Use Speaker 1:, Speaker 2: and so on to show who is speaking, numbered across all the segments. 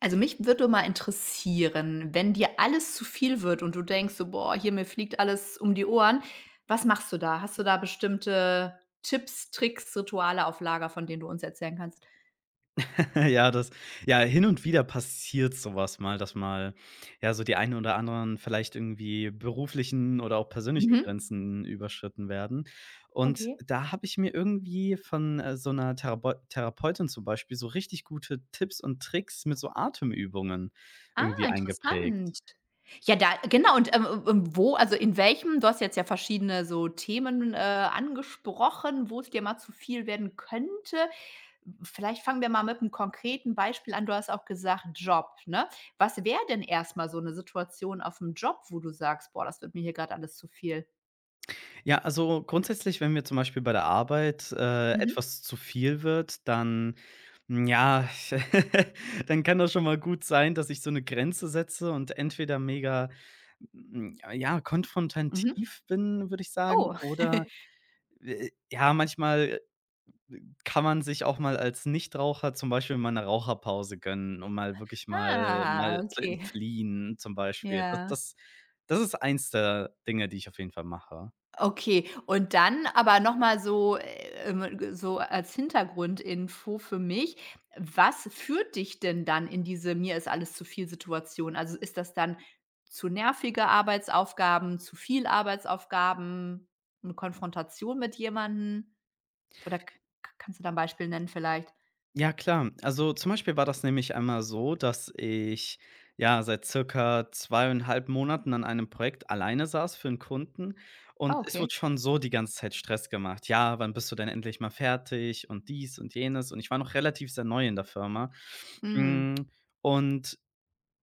Speaker 1: Also, mich würde mal interessieren, wenn dir alles zu viel wird und du denkst so: „Boah, hier mir fliegt alles um die Ohren“, was machst du da? Hast du da bestimmte Tipps, Tricks, Rituale auf Lager, von denen du uns erzählen kannst?
Speaker 2: Ja, das ja, hin und wieder passiert so was mal, dass mal, ja, so die einen oder anderen vielleicht irgendwie beruflichen oder auch persönlichen
Speaker 1: Mhm.
Speaker 2: Grenzen überschritten werden. Und
Speaker 1: Okay.
Speaker 2: da habe ich mir irgendwie von, so einer Therabeu Therapeutin zum Beispiel so richtig gute Tipps und Tricks mit so Atemübungen
Speaker 1: Ah,
Speaker 2: irgendwie eingeprägt.
Speaker 1: interessant. Ja, da genau und, wo also, in welchem du hast jetzt ja verschiedene so Themen, angesprochen, wo es dir mal zu viel werden könnte. Vielleicht fangen wir mal mit einem konkreten Beispiel an. Du hast auch gesagt, Job, ne? Was wäre denn erstmal so 'ne Situation aufm Job, wo du sagst: „Boah, das wird mir hier grad alles zu viel?“
Speaker 2: Ja, also grundsätzlich, wenn mir zum Beispiel bei der Arbeit,
Speaker 1: Mhm,
Speaker 2: etwas zu viel wird, dann hm, ja, dann kann das schon mal gut sein, dass ich so eine Grenze setze und entweder mega, ja,
Speaker 1: mhm.
Speaker 2: konfrontativ bin, würde ich sagen,
Speaker 1: Oh.
Speaker 2: oder, ja, manchmal kann man sich auch mal als Nichtraucher zum Beispiel mal eine Raucherpause gönnen, um mal wirklich mal
Speaker 1: Ah,
Speaker 2: zu
Speaker 1: okay.
Speaker 2: entfliehen zum Beispiel. Das
Speaker 1: Ja.
Speaker 2: das das ist eins der Dinge, die ich auf jeden Fall mache.
Speaker 1: Okay, und dann aber noch mal so, so als Hintergrundinfo für mich: Was führt dich denn dann in diese „Mir ist alles zu viel“ Situation? Also, ist das dann zu nervige Arbeitsaufgaben, zu viel Arbeitsaufgaben, eine Konfrontation mit jemandem? Oder k k kannst du da ein Beispiel nennen vielleicht?
Speaker 2: Ja, klar. Also, zum Beispiel war das nämlich einmal so, dass ich, ja, seit circa 2,5 Monaten an einem Projekt alleine saß für einen Kunden
Speaker 1: Ah,
Speaker 2: und es
Speaker 1: okay.
Speaker 2: wurde schon so die ganze Zeit Stress gemacht. „Ja, wann bist du denn endlich mal fertig?“ und dies und jenes und ich war noch relativ sehr neu in der Firma.
Speaker 1: Mhm.
Speaker 2: Hm, und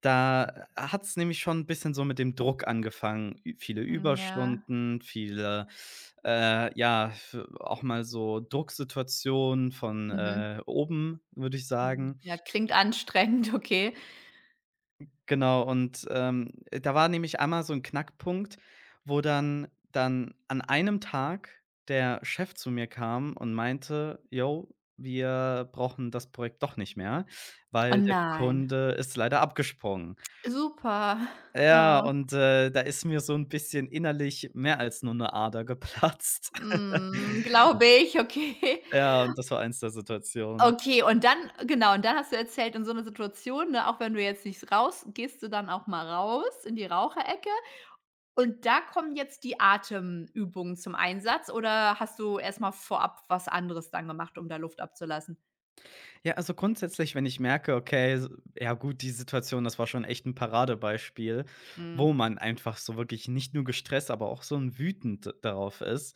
Speaker 2: da hat es nämlich schon ein bisschen so mit dem Druck angefangen. Ü Viele
Speaker 1: Hm, ja.
Speaker 2: Überstunden, viele, ja, f auch mal so Drucksituationen von,
Speaker 1: Mhm.
Speaker 2: oben, würde ich
Speaker 1: Mhm.
Speaker 2: sagen.
Speaker 1: Ja, klingt anstrengend, okay.
Speaker 2: Genau, und, da war nämlich einmal so ein Knackpunkt, wo dann an einem Tag der Chef zu mir kam und meinte: "Yo, wir brauchen das Projekt doch nicht mehr,
Speaker 1: Oh
Speaker 2: weil der
Speaker 1: nein.
Speaker 2: Kunde ist leider abgesprungen.“
Speaker 1: Super.
Speaker 2: Ja,
Speaker 1: Ja.
Speaker 2: und, da ist mir so ein bisschen innerlich mehr als nur 'ne Ader geplatzt.
Speaker 1: Mhm, glaube ich, okay.
Speaker 2: Ja, und das war eins der Situationen.
Speaker 1: Okay, und dann genau, und dann hast du erzählt, in so 'ner Situation, ne, auch wenn du jetzt nicht raus gehst du dann auch mal raus in die Raucherecke und da kommen jetzt die Atemübungen zum Einsatz oder hast du erst mal vorab was anderes dann gemacht, um da Luft abzulassen?
Speaker 2: Ja, also grundsätzlich, wenn ich merke, okay, s ja gut, die Situation, das war schon echt ein Paradebeispiel,
Speaker 1: Mhm.
Speaker 2: wo man einfach so wirklich nicht nur gestresst, aber auch so ein wütend darauf ist.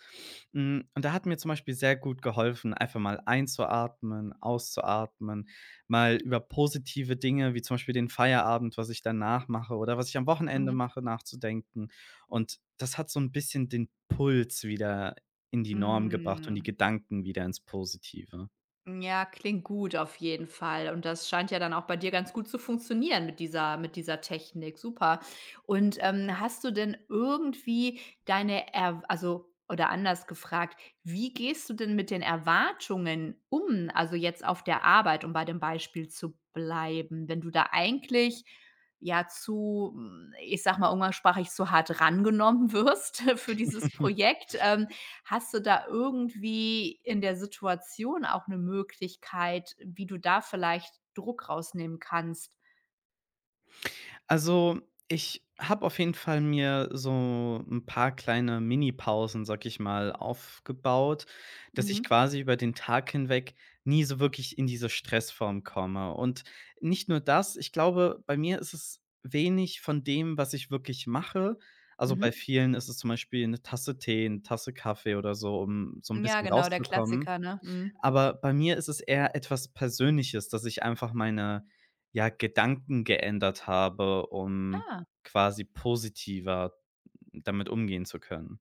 Speaker 2: Und da hat mir zum Beispiel sehr gut geholfen, einfach mal einzuatmen, auszuatmen, mal über positive Dinge wie zum Beispiel den Feierabend, was ich danach mache oder was ich am Wochenende
Speaker 1: Mhm.
Speaker 2: mache, nachzudenken. Und das hat so ein bisschen den Puls wieder in die Norm gebracht und die
Speaker 1: Mhm.
Speaker 2: Gedanken wieder ins Positive.
Speaker 1: Ja, klingt gut auf jeden Fall. Und das scheint ja dann auch bei dir ganz gut zu funktionieren mit dieser Technik. Super. Und, hast du denn irgendwie deine Erw also oder anders gefragt, wie gehst du denn mit den Erwartungen um? Also, jetzt auf der Arbeit, um bei dem Beispiel zu bleiben, wenn du da eigentlich, ja, zu, hm, ich sag mal umgangssprachlich, zu hart rangenommen wirst für dieses Projekt. Hast du da irgendwie in der Situation auch 'ne Möglichkeit, wie du da vielleicht Druck rausnehmen kannst?
Speaker 2: Also, ich habe auf jeden Fall mir so ein paar kleine Mini-Pausen, sage ich mal, aufgebaut, dass
Speaker 1: Mhm,
Speaker 2: ich quasi über den Tag hinweg nie so wirklich in diese Stressform komme. Und nicht nur das, ich glaube, bei mir ist es wenig von dem, was ich wirklich mache. Also,
Speaker 1: mhm.
Speaker 2: bei vielen ist es zum Beispiel eine Tasse Tee, eine Tasse Kaffee oder so, um so ein
Speaker 1: Ja,
Speaker 2: bisschen
Speaker 1: genau, der
Speaker 2: rauszukommen.
Speaker 1: Klassiker, ne? Mhm.
Speaker 2: Aber bei mir ist es eher etwas Persönliches, dass ich einfach meine, ja, Gedanken geändert habe, um
Speaker 1: Ah,
Speaker 2: quasi positiver damit umgehen zu können.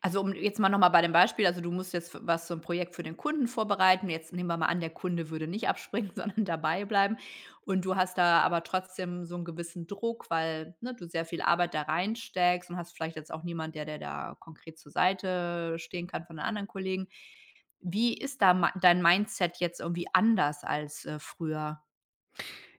Speaker 1: also, um jetzt mal noch mal bei dem Beispiel also, du musst jetzt f was so 'n Projekt für den Kunden vorbereiten. Jetzt nehmen wir mal an, der Kunde würde nicht abspringen, sondern dabei bleiben und du hast da aber trotzdem so 'n gewissen Druck, weil, ne, du sehr viel Arbeit da reinsteckst und hast vielleicht jetzt auch niemand, der dir da konkret zur Seite stehen kann von den anderen Kollegen. Wie ist da mei dein Mindset jetzt irgendwie anders als, früher?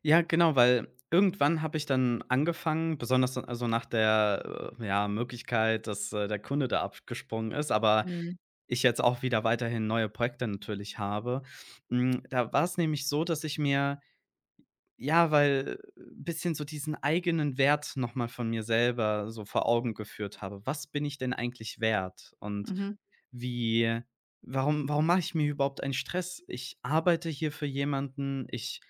Speaker 2: Ja, genau, weil irgendwann habe ich dann angefangen, besonders dann also nach der, ja, Möglichkeit, dass, der Kunde da abgesprungen ist, aber
Speaker 1: Mhm.
Speaker 2: ich jetzt auch wieder weiterhin neue Projekte natürlich habe. Da war es nämlich so, dass ich mir ja, weil bisschen so diesen eigenen Wert noch mal von mir selber so vor Augen geführt habe. Was bin ich denn eigentlich wert? Und
Speaker 1: Mhm.
Speaker 2: wie warum warum mache ich mir überhaupt einen Stress? Ich arbeite hier für jemanden, ich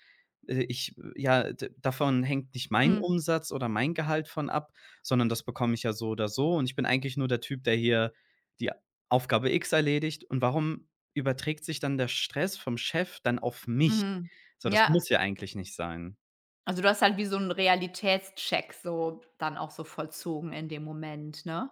Speaker 2: ich ja, d davon hängt nicht mein
Speaker 1: Mhm.
Speaker 2: Umsatz oder mein Gehalt von ab, sondern das bekomme ich ja so oder so und ich bin eigentlich nur der Typ, der hier die Aufgabe X erledigt und warum überträgt sich dann der Stress vom Chef dann auf mich?
Speaker 1: Mhm.
Speaker 2: So, das
Speaker 1: Ja.
Speaker 2: muss ja eigentlich nicht sein.
Speaker 1: Also, du hast halt wie so einen Realitätscheck so dann auch so vollzogen in dem Moment, ne?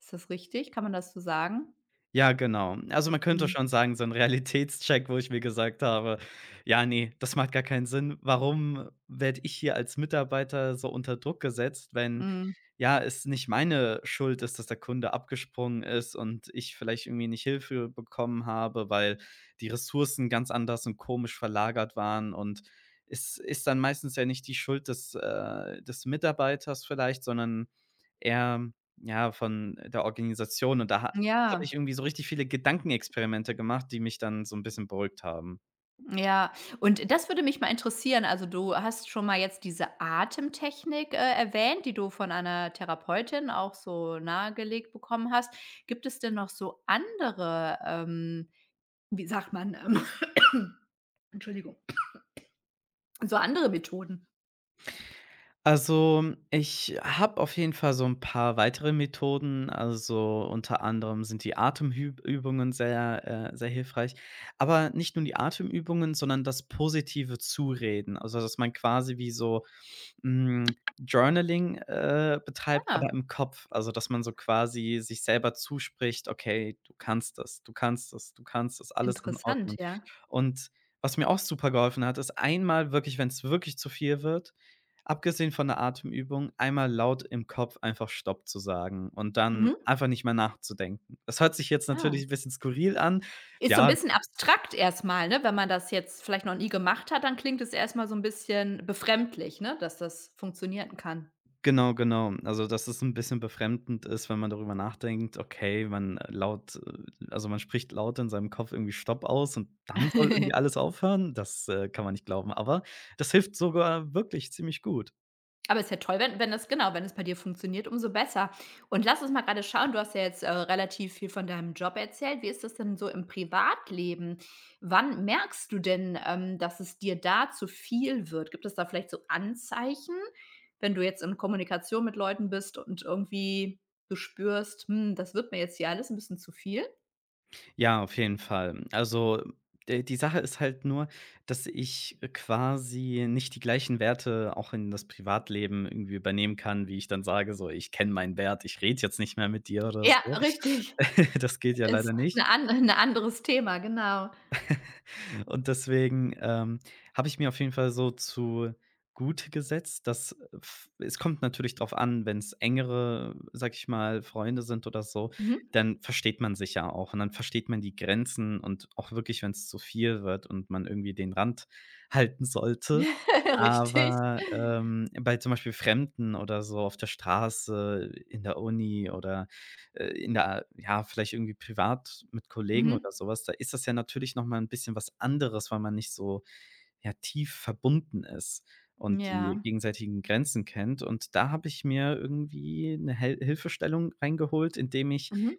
Speaker 1: Ist das richtig? Kann man das so sagen?
Speaker 2: Ja, genau. Also, man könnte
Speaker 1: Mhm.
Speaker 2: schon sagen, so ein Realitätscheck, wo ich mir gesagt habe: „Ja, nee, das macht gar keinen Sinn. Warum werde ich hier als Mitarbeiter so unter Druck gesetzt, wenn,
Speaker 1: Mhm.
Speaker 2: ja, es nicht meine Schuld ist, dass der Kunde abgesprungen ist und ich vielleicht irgendwie nicht Hilfe bekommen habe, weil die Ressourcen ganz anders und komisch verlagert waren?“ Und es ist dann meistens ja nicht die Schuld des Mitarbeiters vielleicht, sondern eher, ja, von der Organisation. Und da habe
Speaker 1: Ja,
Speaker 2: ich irgendwie so richtig viele Gedankenexperimente gemacht, die mich dann so 'n bisschen beruhigt haben.
Speaker 1: ja. Und das würde mich mal interessieren. Also, du hast schon mal jetzt diese Atemtechnik, erwähnt, die du von einer Therapeutin auch so nahegelegt bekommen hast. Gibt es denn noch so andere, wie sagt man, Entschuldigung, so andere Methoden.
Speaker 2: Also, ich habe auf jeden Fall so 'n paar weitere Methoden. Also, unter anderem sind die Atemhüb Übungen sehr hilfreich. Aber nicht nur die Atemübungen, sondern das positive Zureden. Also, dass man quasi wie so Journaling, betreibt,
Speaker 1: Ah,
Speaker 2: aber im Kopf. Also, dass man so quasi sich selber zuspricht: „Okay, du kannst das, du kannst das, du kannst das, alles in
Speaker 1: interessant,
Speaker 2: Ordnung.“
Speaker 1: ja.
Speaker 2: Und was mir auch super geholfen hat, ist einmal wirklich, wenn es wirklich zu viel wird, abgesehen von der Atemübung, einmal laut im Kopf einfach „Stopp“ zu sagen und dann
Speaker 1: Mhm.
Speaker 2: einfach nicht mehr nachzudenken. Das hört sich jetzt
Speaker 1: Ja.
Speaker 2: natürlich 'n bisschen skurril an.
Speaker 1: Ist so 'n
Speaker 2: Ja,
Speaker 1: bisschen abstrakt erst mal, ne? Wenn man das jetzt vielleicht noch nie gemacht hat, dann klingt es erst mal so 'n bisschen befremdlich, ne, dass das funktionieren kann.
Speaker 2: genau, genau. Also, dass es ein bisschen befremdend ist, wenn man darüber nachdenkt, okay, man laut also, man spricht laut in seinem Kopf irgendwie „Stopp“ aus und dann soll irgendwie alles aufhören? Das, kann man nicht glauben, aber das hilft sogar wirklich ziemlich gut.
Speaker 1: Aber ist ja toll, wenn das genau, wenn es bei dir funktioniert, umso besser. Und lass uns mal gerade schauen, du hast ja jetzt, relativ viel von deinem Job erzählt. Wie ist das denn so im Privatleben? Wann merkst du denn, dass es dir da zu viel wird? Gibt es da vielleicht so Anzeichen, wenn du jetzt in Kommunikation mit Leuten bist und irgendwie du spürst: „Hm, das wird mir jetzt hier alles ein bisschen zu viel?“
Speaker 2: Ja, auf jeden Fall. Also, d die Sache ist halt nur, dass ich quasi nicht die gleichen Werte auch in das Privatleben irgendwie übernehmen kann, wie ich dann sage, so: „Ich kenne meinen Wert, ich rede jetzt nicht mehr mit dir“ oder
Speaker 1: Ja,
Speaker 2: so.
Speaker 1: richtig.
Speaker 2: Das geht ja
Speaker 1: Ist
Speaker 2: leider nicht.
Speaker 1: 'ne an ein anderes Thema, genau.
Speaker 2: Und deswegen, habe ich mir auf jeden Fall so zu gut gesetzt, dass f es kommt natürlich drauf an, wenn es engere, sag ich mal, Freunde sind oder so,
Speaker 1: Mhm.
Speaker 2: dann versteht man sich ja auch und dann versteht man die Grenzen und auch wirklich, wenn es zu viel wird und man irgendwie den Rand halten sollte,
Speaker 1: Richtig.
Speaker 2: aber, bei zum Beispiel Fremden oder so auf der Straße, in der Uni oder, in der ja, vielleicht irgendwie privat mit Kollegen
Speaker 1: Mhm.
Speaker 2: oder sowas, da ist das ja natürlich noch mal 'n bisschen was anderes, weil man nicht so, ja, tief verbunden ist und die
Speaker 1: Ja.
Speaker 2: gegenseitigen Grenzen kennt. Und da habe ich mir irgendwie eine Hel Hilfestellung reingeholt, indem ich
Speaker 1: Mhm.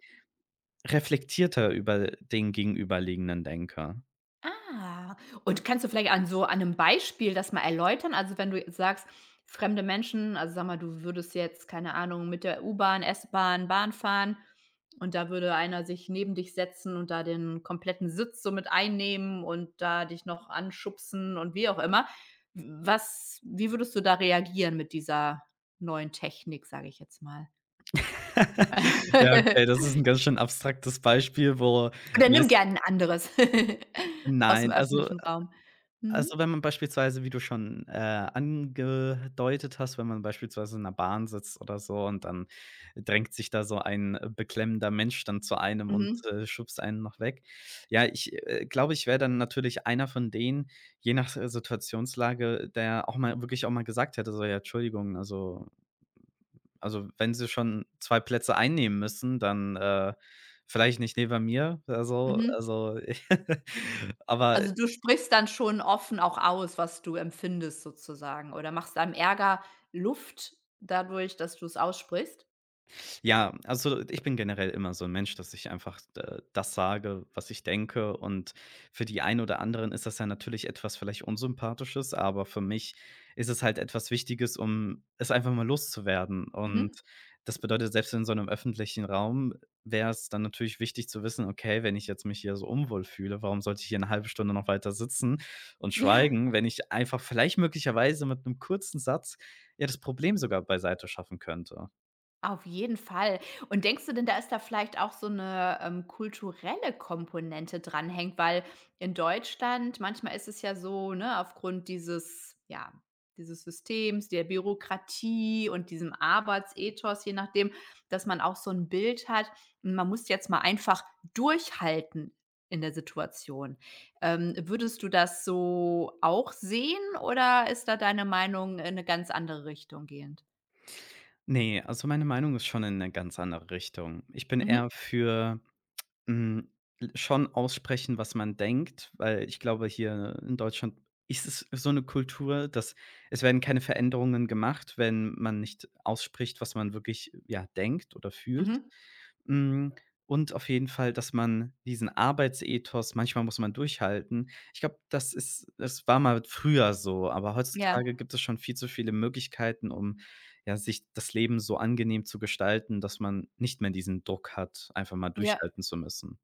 Speaker 2: reflektierter über den Gegenüberliegenden denke.
Speaker 1: Ah, und kannst du vielleicht an so an 'nem Beispiel das mal erläutern? Also, wenn du jetzt sagst, fremde Menschen also, sag mal, du würdest jetzt, keine Ahnung, mit der U-Bahn, S-Bahn, Bahn fahren und da würde einer sich neben dich setzen und da den kompletten Sitz so mit einnehmen und da dich noch anschubsen und wie auch immer. Was wie würdest du da reagieren mit dieser neuen Technik, sage ich jetzt mal?
Speaker 2: Ja, okay, das ist ein ganz schön abstraktes Beispiel, wo
Speaker 1: Oder nimm
Speaker 2: meistens
Speaker 1: gerne ein anderes aus dem
Speaker 2: nein, also
Speaker 1: öffentlichen Raum. Mhm.
Speaker 2: wenn man beispielsweise, wie du schon, angedeutet hast, wenn man beispielsweise in der Bahn sitzt oder so und dann drängt sich da so ein, beklemmender Mensch dann zu einem und,
Speaker 1: Mhm.
Speaker 2: schubst einen noch weg. Ja, ich, glaube, ich wäre dann natürlich einer von denen, je nach, Situationslage, der auch mal wirklich auch mal gesagt hätte, so: „Ja, Entschuldigung, also wenn Sie schon 2 Plätze einnehmen müssen, dann, vielleicht nicht neben mir, also
Speaker 1: Mhm.
Speaker 2: aber
Speaker 1: Also, du sprichst dann schon offen auch aus, was du empfindest sozusagen oder machst deinem Ärger Luft dadurch, dass du es aussprichst?
Speaker 2: Ja, also ich bin generell immer so ein Mensch, dass ich einfach d das sage, was ich denke und für die einen oder anderen ist das ja natürlich etwas vielleicht Unsympathisches, aber für mich ist es halt etwas Wichtiges, um es einfach mal loszuwerden und
Speaker 1: Mhm.
Speaker 2: das bedeutet, selbst in so einem öffentlichen Raum wäre es dann natürlich wichtig zu wissen: „Okay, wenn ich jetzt mich hier so unwohl fühle, warum sollte ich hier eine halbe Stunde noch weiter sitzen und
Speaker 1: Ja.
Speaker 2: schweigen, wenn ich einfach vielleicht möglicherweise mit einem kurzen Satz ja das Problem sogar beiseite schaffen könnte?“
Speaker 1: Auf jeden Fall. Und denkst du denn, da ist da vielleicht auch so eine kulturelle Komponente dranhängt? Weil in Deutschland manchmal ist es ja so, ne, aufgrund dieses ja, dieses Systems, der Bürokratie und diesem Arbeitsethos, je nachdem, dass man auch so ein Bild hat, man muss jetzt mal einfach durchhalten in der Situation. Würdest du das so auch sehen oder ist da deine Meinung in eine ganz andere Richtung gehend?
Speaker 2: Nee, also meine Meinung ist schon in eine ganz andere Richtung. Ich bin
Speaker 1: Mhm,
Speaker 2: eher für, hm, l schon aussprechen, was man denkt, weil ich glaube, hier in Deutschland ist es so eine Kultur, dass es werden keine Veränderungen gemacht, wenn man nicht ausspricht, was man wirklich, ja, denkt oder fühlt.
Speaker 1: mhm,
Speaker 2: Hm, und auf jeden Fall, dass man diesen Arbeitsethos manchmal muss man durchhalten. Ich glaube, das war mal früher so, aber
Speaker 1: ja.
Speaker 2: heutzutage gibt es schon viel zu viele Möglichkeiten, um ja, sich das Leben so angenehm zu gestalten, dass man nicht mehr diesen Druck hat, einfach mal
Speaker 1: Ja,
Speaker 2: durchhalten zu müssen.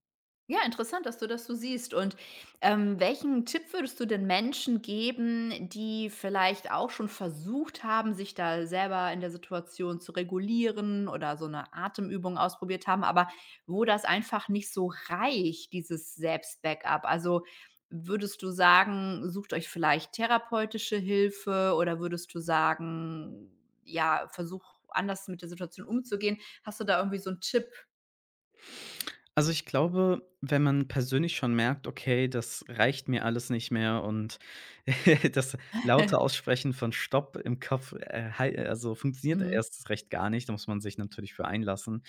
Speaker 1: ja, interessant, dass du das so siehst. Und welchen Tipp würdest du den Menschen geben, die vielleicht auch schon versucht haben, sich da selber in der Situation zu regulieren oder so eine Atemübung ausprobiert haben, aber wo das einfach nicht so reicht, dieses Selbstbackup? Also würdest du sagen, sucht euch vielleicht therapeutische Hilfe oder würdest du sagen, ja, versuch anders mit der Situation umzugehen? Hast du da irgendwie so einen Tipp?
Speaker 2: Also, ich glaube, wenn man persönlich schon merkt: „Okay, das reicht mir alles nicht mehr“ und das laute Aussprechen von Stopp im Kopf, hal also, funktioniert
Speaker 1: Mhm.
Speaker 2: erst recht gar nicht, da muss man sich natürlich für einlassen.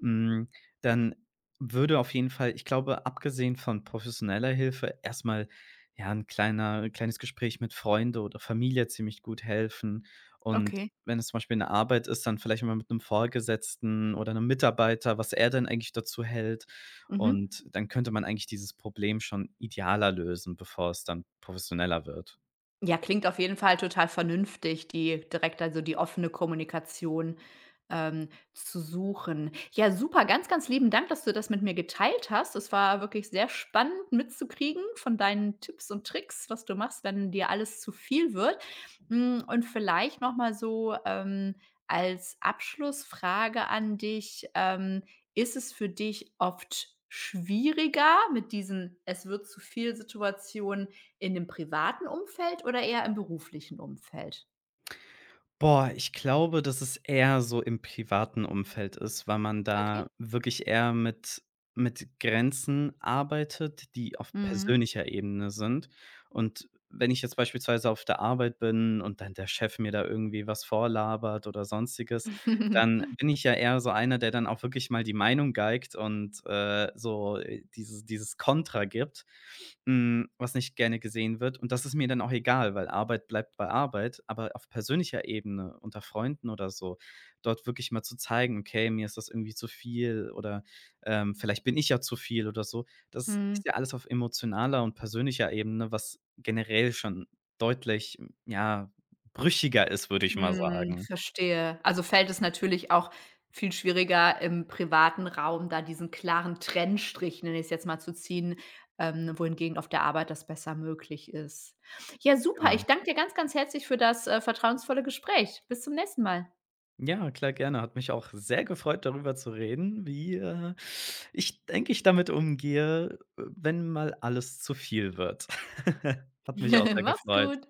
Speaker 2: Hm, Dann würde auf jeden Fall ich glaube, abgesehen von professioneller Hilfe erstmal ja, ein kleiner kleines Gespräch mit Freunde oder Familie ziemlich gut helfen. Und
Speaker 1: Okay.
Speaker 2: wenn es zum Beispiel eine Arbeit ist, dann vielleicht mal mit einem Vorgesetzten oder einem Mitarbeiter, was er denn eigentlich dazu hält.
Speaker 1: Mhm.
Speaker 2: Und dann könnte man eigentlich dieses Problem schon idealer lösen, bevor es dann professioneller wird.
Speaker 1: Ja, klingt auf jeden Fall total vernünftig, die direkt also die offene Kommunikation, zu suchen. Ja, super, ganz, ganz lieben Dank, dass du das mit mir geteilt hast. Es war wirklich sehr spannend mitzukriegen von deinen Tipps und Tricks, was du machst, wenn dir alles zu viel wird. Hm, und vielleicht noch mal so, als Abschlussfrage an dich, ist es für dich oft schwieriger, mit diesen „Es wird zu viel“ Situationen in dem privaten Umfeld oder eher im beruflichen Umfeld?
Speaker 2: Boah, ich glaube, dass es eher so im privaten Umfeld ist, weil man
Speaker 1: Okay.
Speaker 2: da wirklich eher mit Grenzen arbeitet, die auf
Speaker 1: Mhm.
Speaker 2: persönlicher Ebene sind. Und wenn ich jetzt beispielsweise auf der Arbeit bin und dann der Chef mir da irgendwie was vorlabert oder sonstiges, dann bin ich ja eher so einer, der dann auch wirklich mal die Meinung geigt und, so, dieses Kontra gibt, was nicht gerne gesehen wird. Und das ist mir dann auch egal, weil Arbeit bleibt bei Arbeit, aber auf persönlicher Ebene unter Freunden oder so, dort wirklich mal zu zeigen: „Okay, mir ist das irgendwie zu viel“ oder, „vielleicht bin ich ja zu viel“ oder so. Das
Speaker 1: Mhm.
Speaker 2: ist ja alles auf emotionaler und persönlicher Ebene, was generell schon deutlich, ja, brüchiger ist, würde ich mal
Speaker 1: Mhm,
Speaker 2: sagen.
Speaker 1: verstehe. Also, fällt es natürlich auch viel schwieriger im privaten Raum, da diesen klaren Trennstrich, nenne ich es jetzt mal, zu ziehen, wohingegen auf der Arbeit das besser möglich ist. Ja, super.
Speaker 2: Genau.
Speaker 1: Ich danke dir ganz, ganz herzlich für das, vertrauensvolle Gespräch. Bis zum nächsten Mal.
Speaker 2: Ja, klar, gerne. Hat mich auch sehr gefreut, darüber zu reden, wie, ich denke, ich damit umgehe, wenn mal alles zu viel wird. Hat mich auch sehr
Speaker 1: Mach's
Speaker 2: gefreut.
Speaker 1: gut.